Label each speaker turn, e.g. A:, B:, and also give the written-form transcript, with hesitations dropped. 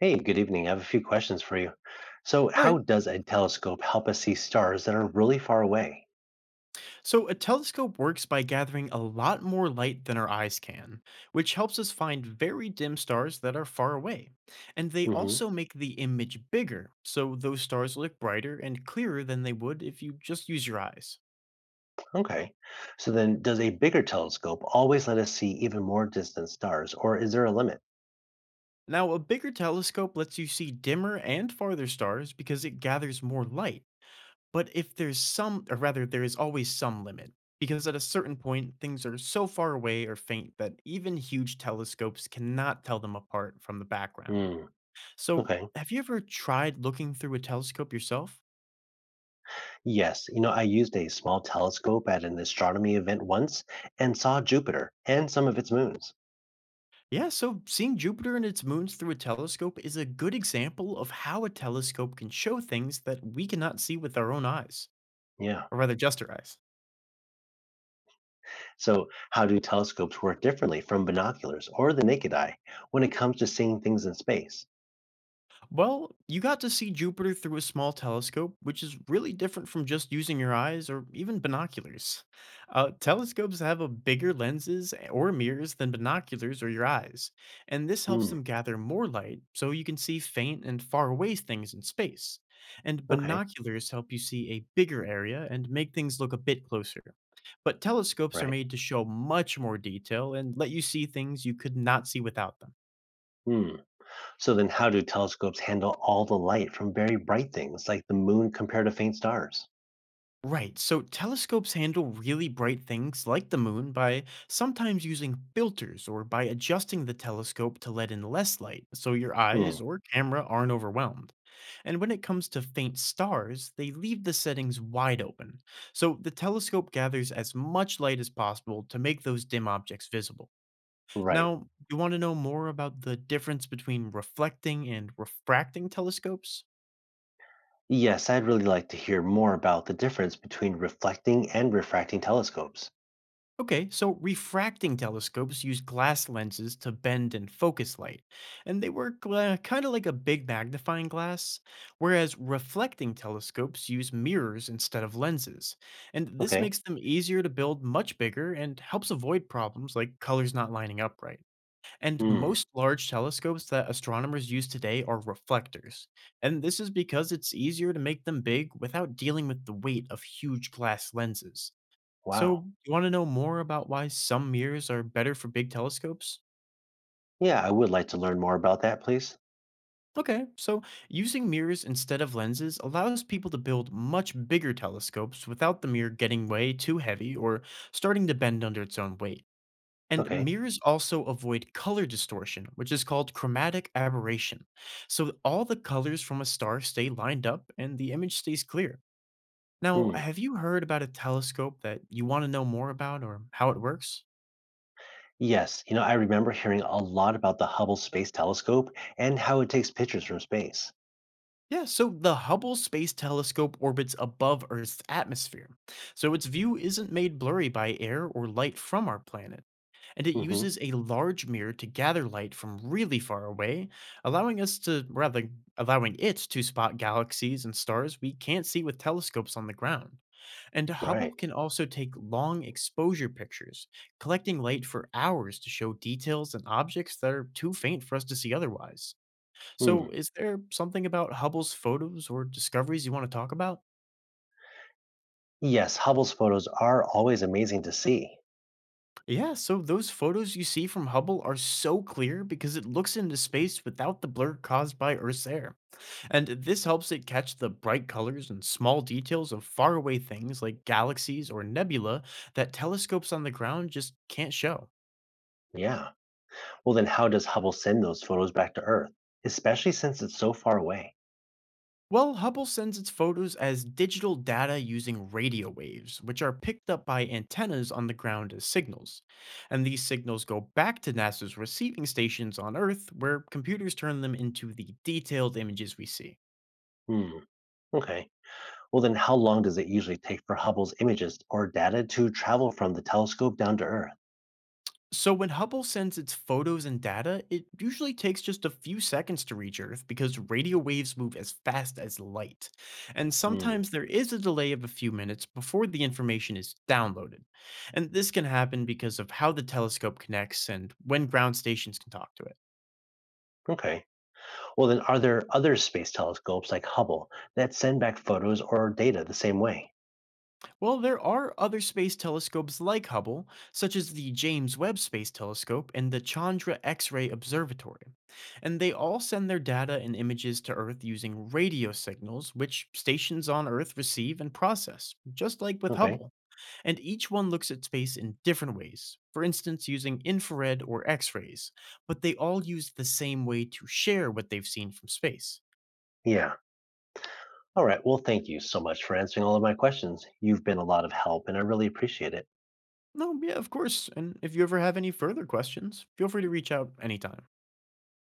A: Hey, good evening. I have a few questions for you. So,
B: All right.
A: how does a telescope help us see stars that are really far away?
B: So a telescope works by gathering a lot more light than our eyes can, which helps us find very dim stars that are far away. And they
A: Hmm.
B: also make the image bigger, so those stars look brighter and clearer than they would if you just use your eyes.
A: Okay. So, then does a bigger telescope always let us see even more distant stars, or is there a limit?
B: Now, a bigger telescope lets you see dimmer and farther stars because it gathers more light. But if there is always some limit, because at a certain point things are so far away or faint that even huge telescopes cannot tell them apart from the background.
A: Hmm.
B: So,
A: Okay.
B: have you ever tried looking through a telescope yourself?
A: Yes. I used a small telescope at an astronomy event once and saw Jupiter and some of its moons.
B: Yeah, so seeing Jupiter and its moons through a telescope is a good example of how a telescope can show things that we cannot see with our own eyes,
A: Yeah.
B: or rather just our eyes.
A: So, how do telescopes work differently from binoculars or the naked eye when it comes to seeing things in space?
B: Well, you got to see Jupiter through a small telescope, which is really different from just using your eyes or even binoculars. Telescopes have a bigger lenses or mirrors than binoculars or your eyes, and this helps
A: Hmm.
B: them gather more light so you can see faint and far away things in space. And
A: Okay.
B: binoculars help you see a bigger area and make things look a bit closer. But telescopes are
A: Right.
B: made to show much more detail and let you see things you could not see without them.
A: Hmm. So then how do telescopes handle all the light from very bright things like the moon compared to faint stars?
B: Right, so telescopes handle really bright things like the moon by sometimes using filters or by adjusting the telescope to let in less light so your eyes
A: Hmm,
B: or camera aren't overwhelmed. And when it comes to faint stars, they leave the settings wide open, so the telescope gathers as much light as possible to make those dim objects visible.
A: right.
B: Now, you want to know more about the difference between reflecting and refracting telescopes?
A: Yes, I'd really like to hear more about the difference between reflecting and refracting telescopes.
B: Okay, so refracting telescopes use glass lenses to bend and focus light, and they work kind of like a big magnifying glass, whereas reflecting telescopes use mirrors instead of lenses. And this
A: Okay.
B: makes them easier to build much bigger and helps avoid problems like colors not lining up right. And
A: Hmm,
B: most large telescopes that astronomers use today are reflectors. And this is because it's easier to make them big without dealing with the weight of huge glass lenses.
A: wow.
B: So, you want to know more about why some mirrors are better for big telescopes?
A: Yeah, I would like to learn more about that, please.
B: Okay, so using mirrors instead of lenses allows people to build much bigger telescopes without the mirror getting way too heavy or starting to bend under its own weight. And
A: Okay.
B: mirrors also avoid color distortion, which is called chromatic aberration. So all the colors from a star stay lined up and the image stays clear. Now,
A: Hmm.
B: have you heard about a telescope that you want to know more about or how it works?
A: Yes, I remember hearing a lot about the Hubble Space Telescope and how it takes pictures from space.
B: Yeah, so the Hubble Space Telescope orbits above Earth's atmosphere, so its view isn't made blurry by air or light from our planet. And it
A: Hmm.
B: uses a large mirror to gather light from really far away, allowing us to rather allowing it to spot galaxies and stars we can't see with telescopes on the ground. And
A: Right.
B: Hubble can also take long exposure pictures, collecting light for hours to show details and objects that are too faint for us to see otherwise. So,
A: Hmm.
B: is there something about Hubble's photos or discoveries you want to talk about?
A: Yes, Hubble's photos are always amazing to see.
B: Yeah, so those photos you see from Hubble are so clear because it looks into space without the blur caused by Earth's air. And this helps it catch the bright colors and small details of faraway things like galaxies or nebula that telescopes on the ground just can't show.
A: Yeah. Well, then how does Hubble send those photos back to Earth, especially since it's so far away?
B: Well, Hubble sends its photos as digital data using radio waves, which are picked up by antennas on the ground as signals. And these signals go back to NASA's receiving stations on Earth, where computers turn them into the detailed images we see.
A: Hmm, okay. Well, then how long does it usually take for Hubble's images or data to travel from the telescope down to Earth?
B: So, when Hubble sends its photos and data, it usually takes just a few seconds to reach Earth because radio waves move as fast as light. And
A: Hmm,
B: sometimes there is a delay of a few minutes before the information is downloaded. And this can happen because of how the telescope connects and when ground stations can talk to it.
A: okay. Well, then are there other space telescopes like Hubble that send back photos or data the same way?
B: Well, there are other space telescopes like Hubble, such as the James Webb Space Telescope and the Chandra X ray Observatory. And they all send their data and images to Earth using radio signals, which stations on Earth receive and process, just like with
A: Okay,
B: Hubble. And each one looks at space in different ways, for instance, using infrared or X rays, but they all use the same way to share what they've seen from space.
A: yeah. All right. Well, thank you so much for answering all of my questions. You've been a lot of help, and I really appreciate it.
B: No, yeah, of course. And if you ever have any further questions, feel free to reach out anytime.